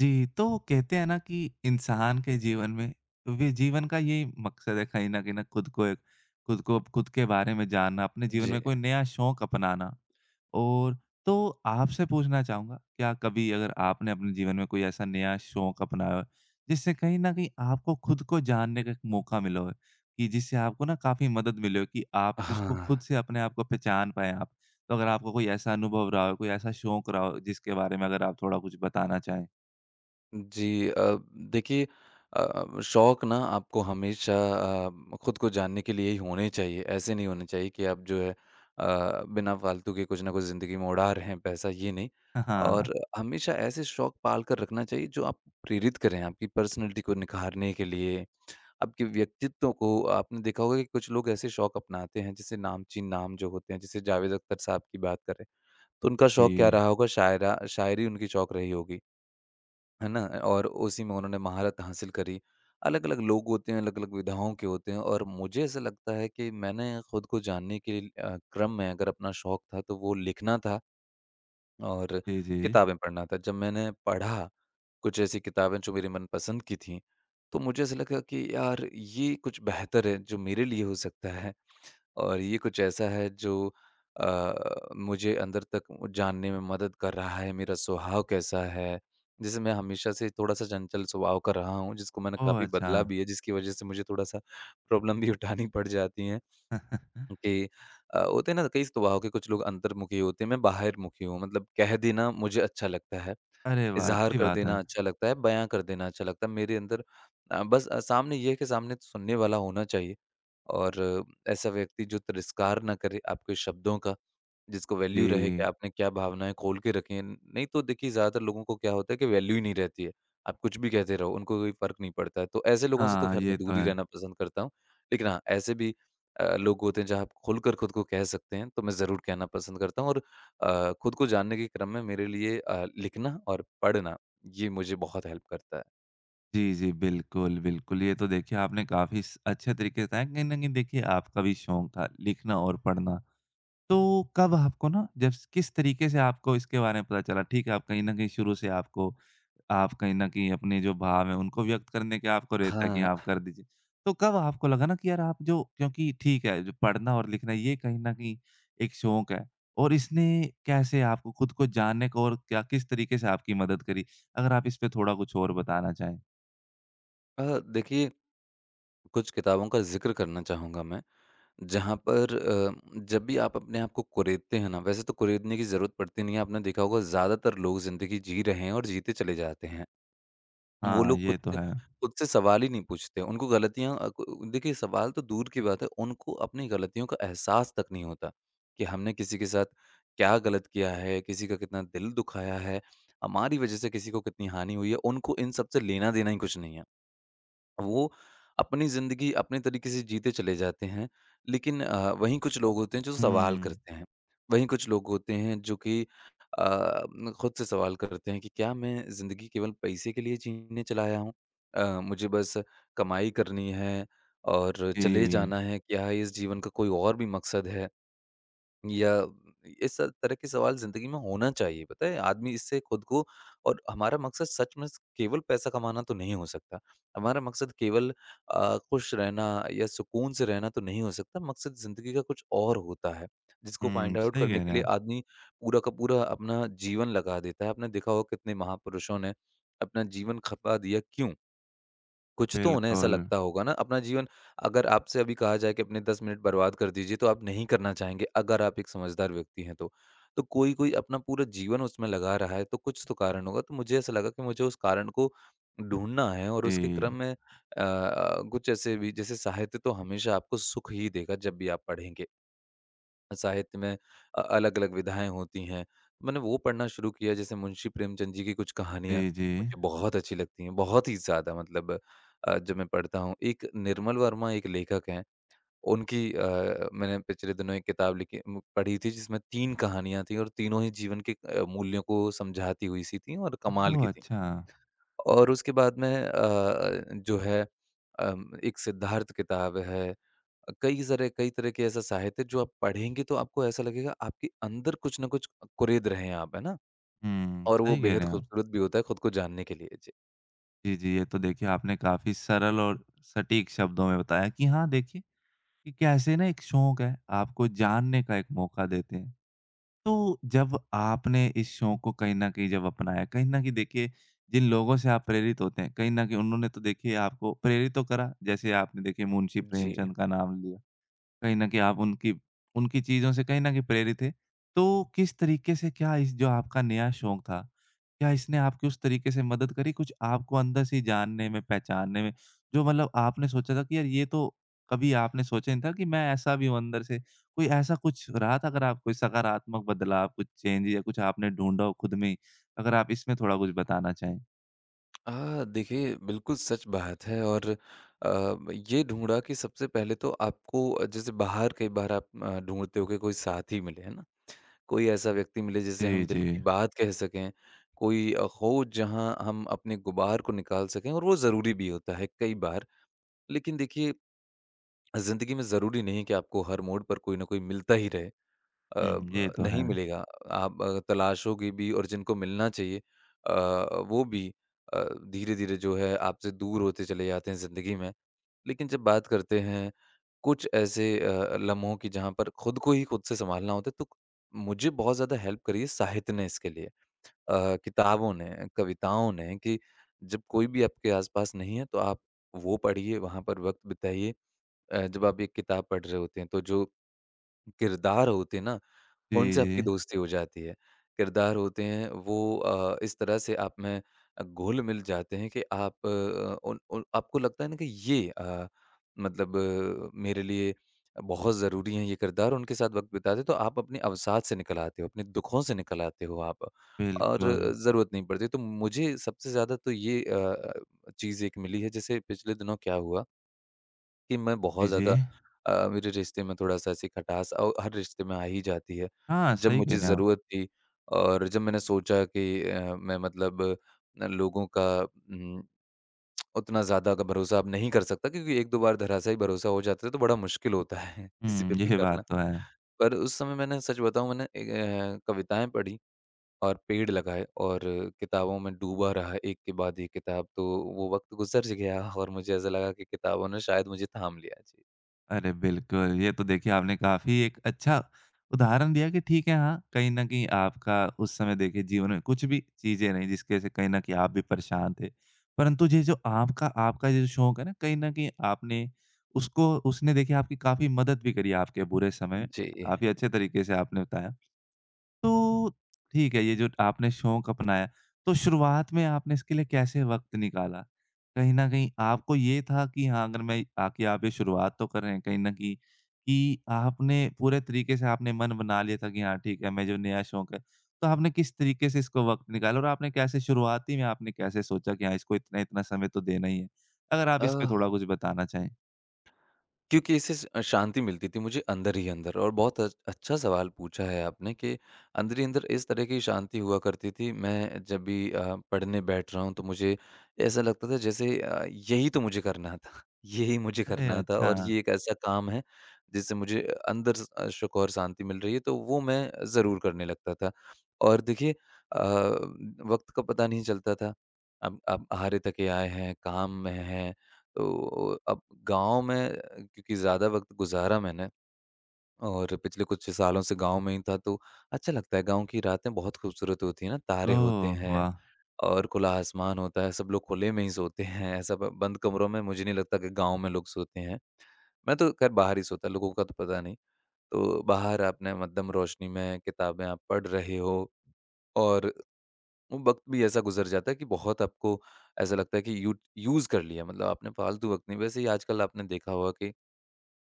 जी, तो वो कहते हैं ना कि इंसान के जीवन में वे जीवन का यही मकसद है कहीं न खुद को एक खुद को खुद के बारे में जानना, अपने जीवन जी, में कोई नया शौक अपनाना। और तो आपसे पूछना चाहूँगा, क्या कभी अगर आपने अपने जीवन में कोई ऐसा नया शौक अपनाया हो, जिससे कहीं न कहीं आपको खुद को जानने का एक मौका मिला हो, कि जिससे आपको ना काफ़ी मदद मिली हो कि आप उसको हाँ। खुद से अपने आप को पहचान पाएँ आप? तो अगर आपको कोई ऐसा अनुभव रहा हो, कोई ऐसा शौक रहा हो, जिसके बारे में अगर आप थोड़ा कुछ बताना चाहें? जी, देखिए शौक ना आपको हमेशा खुद को जानने के लिए ही होने चाहिए। ऐसे नहीं होने चाहिए कि आप जो है बिना फालतू के कुछ ना कुछ ज़िंदगी में उड़ा रहे हैं पैसा, ये नहीं। हाँ, और हमेशा ऐसे शौक पाल कर रखना चाहिए जो आपको प्रेरित करें, आपकी पर्सनैलिटी को निखारने के लिए, आपके व्यक्तित्व को आपने देखा होगा कि कुछ लोग ऐसे शौक अपनाते हैं, जैसे नामचीन नाम जो होते हैं, जैसे जावेद अख्तर साहब की बात करें, तो उनका शौक क्या जी। रहा होगा शायरा शायरी उनकी शौक रही होगी। है ना? और उसी में उन्होंने महारत हासिल करी। अलग-अलग लोग होते हैं, अलग-अलग विधाओं के होते हैं और मुझे ऐसा लगता है कि मैंने खुद को जानने के लिए, क्रम में अगर अपना शौक था तो वो लिखना था और जी, जी। किताबें पढ़ना था। जब मैंने पढ़ा कुछ ऐसी किताबें जो मेरी मनपसंद की थीं, तो मुझे ऐसा लगा कि यार ये कुछ बेहतर है जो मेरे लिए हो सकता है। और ये कुछ ऐसा है जो अ, मुझे अंदर तक जानने में मदद कर रहा है, मेरा स्वभाव कैसा है। जैसे मैं हमेशा से थोड़ा-सा चंचल स्वभाव का रहा हूँ, जिसको मैंने ओह! काफ़ी अच्छा। बदला भी है, जिसकी वजह से मुझे थोड़ा-सा प्रॉब्लम भी उठानी पड़ जाती है कि होते हैं ना कई स्वभाव के, कुछ लोग अंतर्मुखी होते हैं, मैं बाहिरमुखी हूँ। मतलब कह देना मुझे अच्छा लगता है। अरे वाह! इज़हार अच्छी कर बात देना है। अच्छा लगता है, बयाँ कर देना अच्छा लगता है। मेरे अंदर बस सामने ये है कि सामने तो सुनने वाला होना चाहिए और ऐसा व्यक्ति जो तिरस्कार ना करे आपके शब्दों का, जिसको वैल्यू रहे कि जी। आपने क्या भावनाएँ खोल के रखी हैं। नहीं तो देखिए ज़्यादातर लोगों को क्या होता है कि वैल्यू ही नहीं रहती है। आप कुछ भी कहते रहो, उनको कोई फ़र्क नहीं पड़ता है। तो ऐसे लोगों से तो हाँ, खैर ये मैं तो दूर ही है। रहना पसंद करता हूँ। लेकिन हाँ, ऐसे भी लोग होते हैं जहाँ आप खुलकर खुद को कह सकते हैं, तो मैं ज़रूर कहना पसंद करता हूँ और खुद को जानने के क्रम में मेरे लिए लिखना और पढ़ना ये मुझे बहुत हेल्प करता है। जी, जी, बिल्कुल, बिल्कुल। ये तो देखिए आपने काफ़ी स अच्छे तरीके से बताया, कहीं न कहीं देखिए आपका भी शौक था लिखना और पढ़ना। तो कब आपको ना जब किस तरीके से आपको इसके बारे में पता चला? ठीक है, आप कहीं न कहीं शुरू से आपको आप कहीं न कहीं अपने जो भाव हैं, उनको व्यक्त करने के आपको रहता है कि हाँ, हाँ, आप कर दीजिए। तो कब आपको लगा ना कि यार आप जो क्योंकि ठीक है, जो पढ़ना और लिखना ये कहीं न कहीं एक शौक है और इसने कैसे आपको खुद को जानने को और क्या किस तरीके से आपकी मदद करी? अगर आप इस पे थोड़ा कुछ और बताना चाहें। देखिए कुछ किताबों का ज़िक्र करना चाहूँगा मैं। जहाँ पर जब भी आप अपने आप को कुरेदते हैं ना, वैसे तो कुरेदने की ज़रूरत पड़ती नहीं है। आपने देखा होगा ज़्यादातर लोग ज़िंदगी जी रहे हैं और जीते चले जाते हैं। वो हाँ, लोग ये खुद तो से है। खुद से सवाल ही नहीं पूछते। उनको गलतियाँ अ, क देखिए, सवाल तो दूर की बात है, उनको अपनी गलतियों का एहसास तक नहीं होता कि हमने किसी के साथ क्या गलत किया है, किसी का कितना दिल दुखाया है, हमारी वज़ह से किसी को कितनी हानि हुई है, उनको इन सब से लेना-देना ही कुछ नहीं है। वो अपनी ज़िंदगी अपने तरीके से जीते चले जाते हैं, लेकिन वहीं कुछ लोग होते हैं जो सवाल हुँ। करते हैं। वहीं कुछ लोग होते हैं जो कि अ, न खुद से सवाल करते हैं कि क्या मैं ज़िंदगी केवल पैसे के लिए जीने चला आया हूँ? मुझे बस कमाई करनी है और चले जी। जाना है, क्या इस जीवन का कोई और भी मकसद है? या इस तरह के सवाल ज़िंदगी में होना चाहिए, पता है? आदमी इससे खुद को और हमारा मकसद सच में केवल पैसा कमाना तो नहीं हो सकता। हमारा मकसद केवल खुश रहना या सुकून से रहना तो नहीं हो सकता, मकसद ज़िंदगी का कुछ और होता है, जिसको हुँ, फाइंड आउट सही करने कह रहे के हैं लिए आप। आदमी पूरा का पूरा अपना जीवन लगा देता है। आपने देखा होगा कितने महापुरुषों ने अपना जीवन खपा दिया, क्यों? कुछ तो उन्हें ऐसा बिल्कुल। लगता होगा ना, अपना जीवन अगर आपसे अभी कहा जाए कि अपने 10 मिनट बर्बाद कर दीजिए, तो आप नहीं करना चाहेंगे, अगर आप एक समझदार व्यक्ति हैं तो। तो कोई-कोई अपना पूरा जीवन उसमें लगा रहा है, तो कुछ तो कारण होगा। तो मुझे ऐसा लगा कि मुझे उस कारण को ढूँढना है और उसके जी। क्रम में कुछ ऐसे भी, जैसे साहित्य तो हमेशा आपको सुख ही देगा, जब भी आप पढ़ेंगे। साहित्य में अलग-अलग विधाएँ होती हैं। मैंने वो पढ़ना शुरू किया, जैसे मुंशी प्रेमचंद जी की कुछ कहानियाँ जी, जी। मुझे बहुत अच्छी लगती हैं, बहुत ही ज़्यादा, मतलब जब मैं पढ़ता हूँ। एक निर्मल वर्मा एक लेखक हैं, उनकी मैंने पिछले दिनों एक किताब लिखी म पढ़ी थी जिसमें 3 कहानियाँ थीं और तीनों ही जीवन के मूल्यों को समझाती हुई सी थीं और कमाल ओह! की थीं। अच्छा। और उसके बाद में जो है एक सिद्धार्थ किताब है, कई तरह के ऐसा साहित्य जो आप पढ़ेंगे तो आपको ऐसा लगेगा आपके अंदर कुछ न कुछ कुरेद रहे हैं आप, है ना? हुँ, और वो सही कह बेहद रहे हैं आप। खूबसूरत भी होता है खुद को जानने के लिए। जी। जी, जी, ये तो देखिए आपने काफ़ी सरल और सटीक शब्दों में बताया कि हाँ, देखिए कि कैसे ना एक शौक है, आपको जानने का एक मौका देते हैं। तो जब आपने इस शौक को कहीं न कहीं जब अपनाया, कहीं न कहीं देखिए जिन लोगों से आप प्रेरित होते हैं, कहीं न कहीं उन्होंने तो देखिए आपको प्रेरित तो करा, जैसे आपने देखिए मुंशी जी। प्रेमचंद का नाम लिया। कहीं न कहीं आप उनकी उनकी चीज़ों से कहीं न कहीं प्रेरित थे। तो किस तरीके से क्या इस जो आपका नया शौक था, क्या इसने आपकी उस तरीके से मदद करी कुछ आपको अंदर से ही जानने में, पहचानने में? जो मतलब आपने सोचा था कि यार ये तो कभी आपने सोचा नहीं था कि मैं ऐसा भी हूँ अंदर से। कोई ऐसा कुछ रहा था अगर आप कोई सकारात्मक बदलाव, कुछ चेंज या कुछ आपने ढूँढा हो खुद में ही? अगर आप इसमें थोड़ा कुछ बताना चाहें? अ, देखिए बिल्कुल सच बात है और अ, ये ढूँढा कि सबसे पहले तो आपको, जैसे बाहर कई बार आप ढूँढते हो कि कोई साथी मिले, है ना? कोई ऐसा व्यक्ति मिले जी, जिसे हम दिल जी। की बात कह सकें, कोई हो जहाँ हम अपने गुबार को निकाल सकें, और वो ज़रूरी भी होता है कई बार। लेकिन देखिए ज़िंदगी में ज़रूरी नहीं कि आपको हर मोड़ पर कोई ना कोई मिलता ही रहे। अ, हुँ, ब ये तो है। नहीं मिलेगा, आप तलाशोगे भी और जिनको मिलना चाहिए अ, वो भी अ, धीरे-धीरे जो है आपसे दूर होते चले जाते हैं ज़िंदगी में। लेकिन जब बात करते हैं कुछ ऐसे लम्हों की जहाँ पर खुद को ही खुद से सँभालना होता है, तो मुझे बहुत ज़्यादा हेल्प करी है साहित्य ने इसके लिए। किताबों ने, कविताओं ने कि जब कोई भी आपके आस-पास नहीं है, तो आप वो पढ़िए, वहाँ पर वक़्त बिताइए। जब आप ये किताब पढ़ रहे होते हैं तो जो किरदार होते हैं ना, जी, उनसे आपकी जी। दोस्ती हो जाती है। किरदार होते हैं वो, इस तरह से आप में घुल-मिल जाते हैं कि आप, अ, उन उन आपको लगता है ना कि ये, मतलब मेरे लिए बहुत ज़रूरी हैं ये किरदार, उनके साथ वक़्त बिताते तो आप अपने अवसाद से निकल आते हो, अपने दुखों से निकल आते हो आप और बिल्कुल। ज़रूरत नहीं पड़ती। तो मुझे सबसे ज़्यादा तो ये चीज़ एक मिली है, जैसे पिछले दिनों क्या हुआ कि मैं जी, बहुत जी। ज़्यादा, मेरे रिश्ते में थोड़ा-सा ऐसी खटास, औ हर रिश्ते में आ ही जाती है। हाँ, जब सही कह मुझे रहे हैं आप। ज़रूरत थी और जब मैंने सोचा कि मैं मतलब न लोगों का उतना ज़्यादा का भरोसा अब नहीं कर सकता, क्योंकि 1-2 बार धराशायी भरोसा हो जाता है तो बड़ा मुश्किल होता है किसी हुँ, पे भी ये करना। बात तो है। पर उस समय मैंने सच बताऊँ, मैंने कविताएँ पढ़ी और पेड़ लगाए और किताबों में डूबा रहा, एक के बाद एक किताब, तो वो वक़्त गुज़र गया और मुझे ऐसा लगा कि किताबों ने शायद मुझे थाम लिया। जी। अरे! बिल्कुल, ये तो देखिए आपने काफ़ी एक अच्छा उदाहरण दिया कि ठीक है, हाँ, कहीं न कहीं आपका उस समय देखिए जीवन में कुछ भी चीज़ें नहीं जिसकी वजह से कहीं न कहीं आप भी परेशान थे। परंतु ये जो आपका आपका ये जो शौक है ना, कहीं न कहीं आपने उसको उसने देखिए आपकी काफ़ी मदद भी करी आपके बुरे समय में। जी। काफ़ी अच्छे तरीके से आपने बताया। तो ठीक है, ये जो आपने शौक अपनाया, तो शुरुआत में आपने इसके लिए कैसे वक़्त निकाला? कहीं न कहीं आपको ये था कि हाँ, अगर मैं आके आप ये शुरुआत तो कर रहे हैं कहीं न कहीं कि आपने पूरे तरीके से आपने मन बना लिया था कि हाँ, ठीक है, मैं जो नया शौक है, तो आपने किस तरीके से इसको वक़्त निकाला और आपने कैसे शुरुआती में आपने कैसे सोचा कि हाँ, इसको इतना-इतना समय तो देना ही है? अगर आप अ, इस पे थोड़ा कुछ बताना चाहें। क्योंकि इससे स शांति मिलती थी मुझे अंदर ही अंदर, और बहुत अच अच्छा सवाल पूछा है आपने कि अंदर ही अंदर इस तरह की शांति हुआ करती थी। मैं जब भी पढ़ने बैठ रहा हूँ तो मुझे ऐसा लगता था जैसे यही तो मुझे करना था, यही मुझे अरे करना था अच्छा! और ये एक ऐसा काम है जिससे मुझे अंदर सुख और शांति मिल रही है, तो वो मैं ज़रूर करने लगता था। और देखिए वक़्त का पता नहीं चलता था। अब हारे थके आए हैं, काम में हैं, तो अब गाँव में, क्योंकि ज़्यादा वक़्त गुज़ारा मैंने और पिछले कुछ सालों से गाँव में ही था, तो अच्छा लगता है। गाँव की रातें बहुत खूबसूरत होती हैं ना, तारे होते ओह हैं वाह! और खुला आसमान होता है, सब लोग खुले में ही सोते हैं। ऐसा ब बंद कमरों में मुझे नहीं लगता कि गाँव में लोग सोते हैं। मैं तो ख़ैर बाहर ही सोता, लोगों का तो पता नहीं। तो बाहर आपने मध्यम रोशनी में किताबें आप पढ़ रहे हो और वो वक़्त भी ऐसा गुज़र जाता है कि बहुत आपको ऐसा लगता है कि यूट यूज़ कर लिया, मतलब आपने फालतू वक़्त नहीं, वैसे ही आजकल आपने देखा होगा कि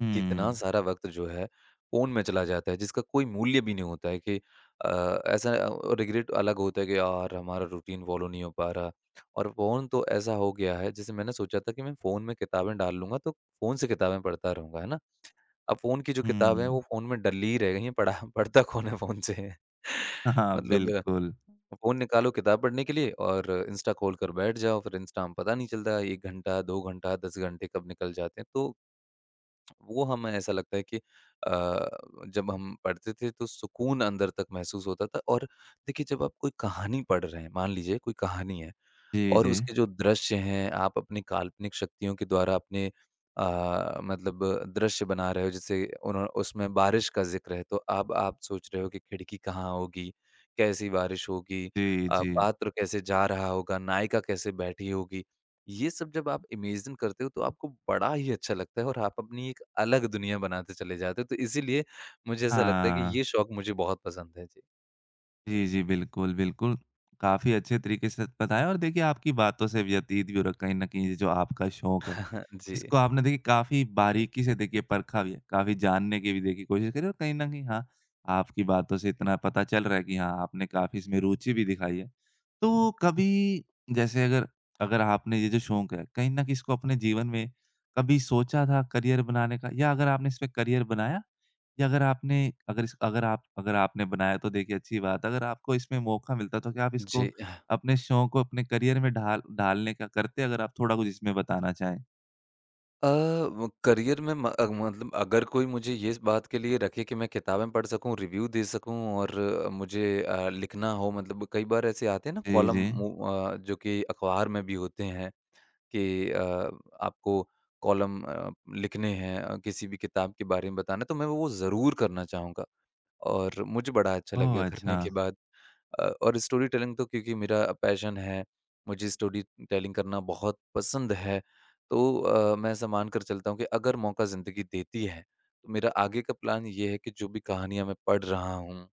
हुँ, कितना सारा वक़्त जो है फ़ोन में चला जाता है जिसका कोई मूल्य भी नहीं होता है, कि ऐसा रिग्रेट अलग होता है कि यार हमारा रूटीन फ़ॉलो नहीं हो पा रहा, और फ़ोन तो ऐसा हो गया है जैसे मैंने सोचा था कि मैं फ़ोन में किताबें डाल लूँगा तो फ़ोन से किताबें पढ़ता रहूँगा, है ना? अब फ़ोन की जो किताब है हुँ। वो फ़ोन में डली ही रह गई हैं, पढ़ा पढ़ता कौन है फ़ोन से। हाँ, हाँ, मतलब बिल्कुल। फ़ोन निकालो किताब पढ़ने के लिए और इंस्टा खोल कर बैठ जाओ, फिर इंस्टा में पता नहीं चलता 1 घंटा, 2 घंटा, 10 घंटे कब निकल जाते हैं। वो हमें ऐसा लगता है कि जब हम पढ़ते थे तो सुकून अंदर तक महसूस होता था। और देखिए जब आप कोई कहानी पढ़ रहे हैं, मान लीजिए कोई कहानी है जी, और जी। उसके जो दृश्य हैं, आप अपनी काल्पनिक शक्तियों के द्वारा अपने अ, मतलब दृश्य बना रहे हो, जैसे उन्हों उसमें बारिश का ज़िक्र है, तो अब आप सोच रहे हो कि खिड़की कहाँ होगी, कैसी बारिश होगी, जी, जी। पात्र कैसे जा रहा होगा, नायिका कैसे बैठी होगी। ये सब जब आप इमेजिन करते हो, तो आपको बड़ा ही अच्छा लगता है और आप अपनी एक अलग दुनिया बनाते चले जाते हो, तो इसीलिए मुझे ऐसा लगता है कि हाँ। ये शौक मुझे बहुत पसंद है। जी। जी, जी, बिल्कुल, बिल्कुल। काफ़ी अच्छे तरीके से बताया और देखिए आपकी बातों से व्यतीत भी हो रहा है कहीं न कहीं ये जो आपका शौक है जी। इसको आपने देखिए काफ़ी बारीकी से देखिए परखा भी है, काफ़ी जानने की भी देखिए कोशिश करी और कहीं न कहीं हाँ, आपकी बातों से इतना पता चल रहा है कि हाँ, आपने काफ़ी इसमें रुचि भी दिखाई है। तो कभी जैसे अगर अगर आपने ये जो शौक है, कहीं न कहीं इसको अपने जीवन में कभी सोचा था करियर बनाने का? या अगर आपने इसमें करियर बनाया? या अगर आपने अगर इस अगर आप अगर आपने बनाया तो देखिए अच्छी बात है, अगर आपको इसमें मौका मिलता तो क्या आप इसको जी। अपने शौक को अपने करियर में ढालने का करते? अगर आप थोड़ा कुछ इसमें बताना चाहें? अ, व करियर में म अ, मतलब अगर कोई मुझे ये इस बात के लिए रखे कि मैं किताबें पढ़ सकूँ, रिव्यू दे सकूँ और मुझे लिखना हो। कई बार ऐसे आते हैं ना जी, जी। कॉलम, जो कि अखबार में भी होते हैं कि आपको कॉलम लिखने हैं, किसी भी किताब के बारे में बताना, तो मैं वो ज़रूर करना चाहूँगा और मुझे बड़ा अच्छा ओह! लगेगा अच्छा। करने के बाद। और स्टोरी टेलिंग तो क्योंकि मेरा पैशन है, मुझे स्टोरी टेलिंग करना बहुत पसंद है, तो मैं ऐसा मान कर चलता हूँ कि अगर मौका ज़िंदगी देती है, तो मेरा आगे का प्लान ये है कि जो भी कहानियाँ मैं पढ़ रहा हूँ,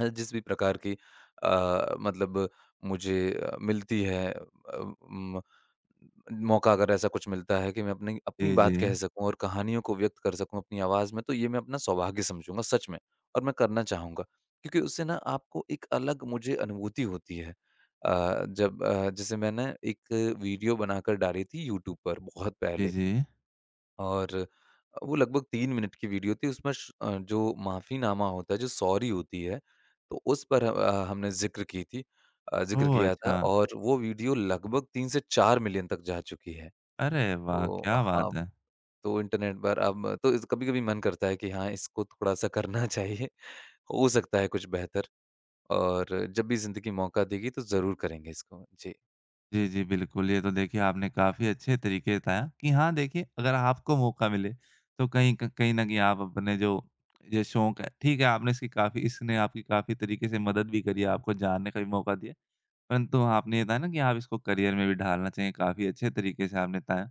अ, जिस भी प्रकार की अ, मतलब मुझे अ, मिलती है अ, मौका अगर ऐसा कुछ मिलता है कि मैं अपनी अपनी जी, जी। बात कह सकूँ और कहानियों को व्यक्त कर सकूँ अपनी आवाज़ में, तो ये मैं अपना सौभाग्य समझूँगा, सच में, और मैं करना चाहूँगा। क्योंकि उससे ना आपको एक अलग मुझे अनुभूति होती है। जैसे मैंने एक वीडियो बनाकर डाली थी यूट्यूब पर बहुत जी, पहले। जी। और वो लगभग 3 मिनट की वीडियो थी। उसमें जो माफ़ीनामा होता है, जो सॉरी होती है, तो उस पर हमने ज़िक्र की थी। ज़िक्र ओह! किया था अच्छा। और वो वीडियो लगभग 3 से 4 मिलियन तक जा चुकी है। अरे वाह! तो क्या हाँ, बात है। तो इंटरनेट पर अब तो इस कभी-कभी मन करता है कि हाँ, इसको थोड़ा-सा करना चाहिए, हो सकता है कुछ बेहतर। और जब भी ज़िंदगी मौका देगी तो ज़रूर करेंगे इसको। जी। जी, जी, बिल्कुल। ये तो देखिए आपने काफ़ी अच्छे तरीके बताया कि हाँ, देखिए अगर आपको मौका मिले तो कहीं न कहीं आप अपने जो ये शौक है, ठीक है आपने इसकी काफ़ी इसने आपकी काफ़ी तरीके से मदद भी करी है, आपको जानने का भी मौका दिया। परंतु आपने ये बताया ना कि आप इसको करियर में भी ढालना चाहिए, काफ़ी अच्छे तरीके से आपने बताया।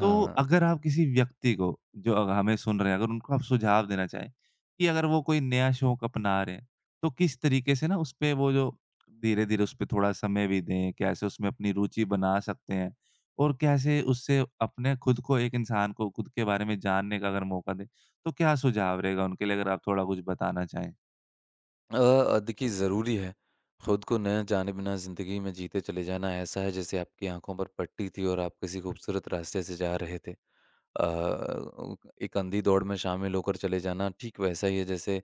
तो अगर आप किसी व्यक्ति को जो अग हमें सुन रहे हैं, अगर उनको आप सुझाव देना चाहें कि अगर वो कोई नया शौक अपना रहे हैं, तो किस तरीके से ना उसपे वो जो धीरे-धीरे उसपे थोड़ा समय भी दें, कैसे उसमें अपनी रुचि बना सकते हैं? और कैसे उससे अपने खुद को एक इंसान को खुद के बारे में जानने का अगर मौका दें, तो क्या सुझाव रहेगा उनके लिए? अगर आप थोड़ा कुछ बताना चाहें। देखिए ज़रूरी है। खुद को न जाने बिना ज़िंदगी में जीते चले जाना ऐसा है जैसे आपकी आँखों पर पट्टी थी और आप किसी खूबसूरत रास्ते से जा रहे थे। अ, उ एक अंधी दौड़ में शामिल होकर चले जाना ठीक वैसा ही है जैसे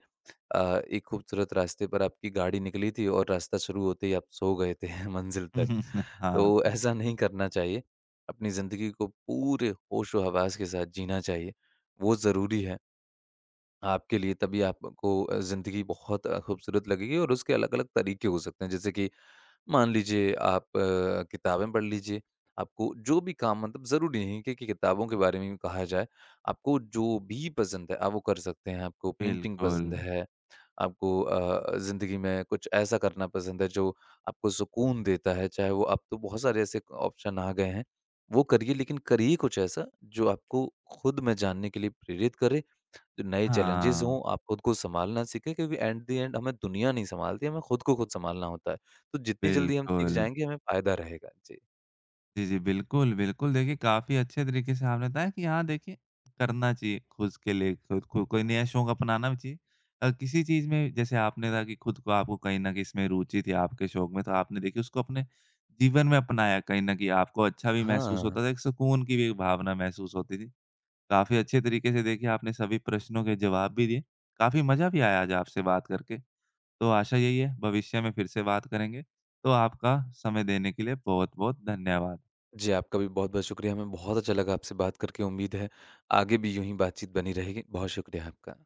एक खूबसूरत रास्ते पर आपकी गाड़ी निकली थी और रास्ता शुरू होते ही आप सो गए थे मंज़िल तक। हाँ, तो ऐसा नहीं करना चाहिए। अपनी ज़िंदगी को पूरे होशो-हवास के साथ जीना चाहिए। वो ज़रूरी है आपके लिए। तभी आपको ज़िंदगी बहुत खूबसूरत लगेगी और उसके अलग-अलग तरीके हो सकते हैं। जैसे कि मान लीजिए आप किताबें पढ़ लीजिए, आपको जो भी काम। ज़रूरी नहीं कि किताबों के बारे में ही कहा जाए, आपको जो भी पसंद है आप वो कर सकते हैं। आपको पेंटिंग बिल्कुल। पसंद है, आपको ज़िंदगी में कुछ ऐसा करना पसंद है जो आपको सुकून देता है, चाहे वो, अब तो बहुत सारे ऐसे ऑप्शन आ गए हैं, वो करिए, लेकिन करिए कुछ ऐसा जो आपको खुद में जानने के लिए प्रेरित करे। नए चैलेंजेज़ हाँ, हों, आप खुद को सँभालना सीखें क्योंकि एट द एंड हमें दुनिया नहीं सँभालती, हमें खुद को खुद सँभालना होता है। तो जितनी जल्दी हम सीख बिल्कुल। जाएँगे, हमें फ़ायदा रहेगा। जी। जी, जी। बिल्कुल, बिल्कुल। देखिए, काफ़ी अच्छे तरीके से आपने बताया कि हाँ, देखिए करना चाहिए खुद के लिए खुद को कोई नया शौक अपनाना भी चाहिए। किसी चीज़ में जैसे आपने कहा कि खुद को आपको कहीं न कहीं इसमें रुचि थी आपके शौक में, तो आपने देखिए उसको अपने जीवन में अपनाया। कहीं न कहीं आपको अच्छा भी महसूस हाँ। होता था, एक सुकून की भी एक भावना महसूस होती थी। काफ़ी अच्छे तरीके से देखिए आपने सभी प्रश्नों के जवाब भी दिए। काफ़ी मज़ा भी आया आज आपसे बात करके। तो आशा यही है भविष्य में फिर से बात करेंगे। तो आपका समय देने के लिए बहुत-बहुत धन्यवाद। जी, आपका भी बहुत-बहुत शुक्रिया। हमें बहुत अच्छा लगा आपसे बात करके। उम्मीद है आगे भी यूँ ही बातचीत बनी रहेगी। बहुत शुक्रिया आपका।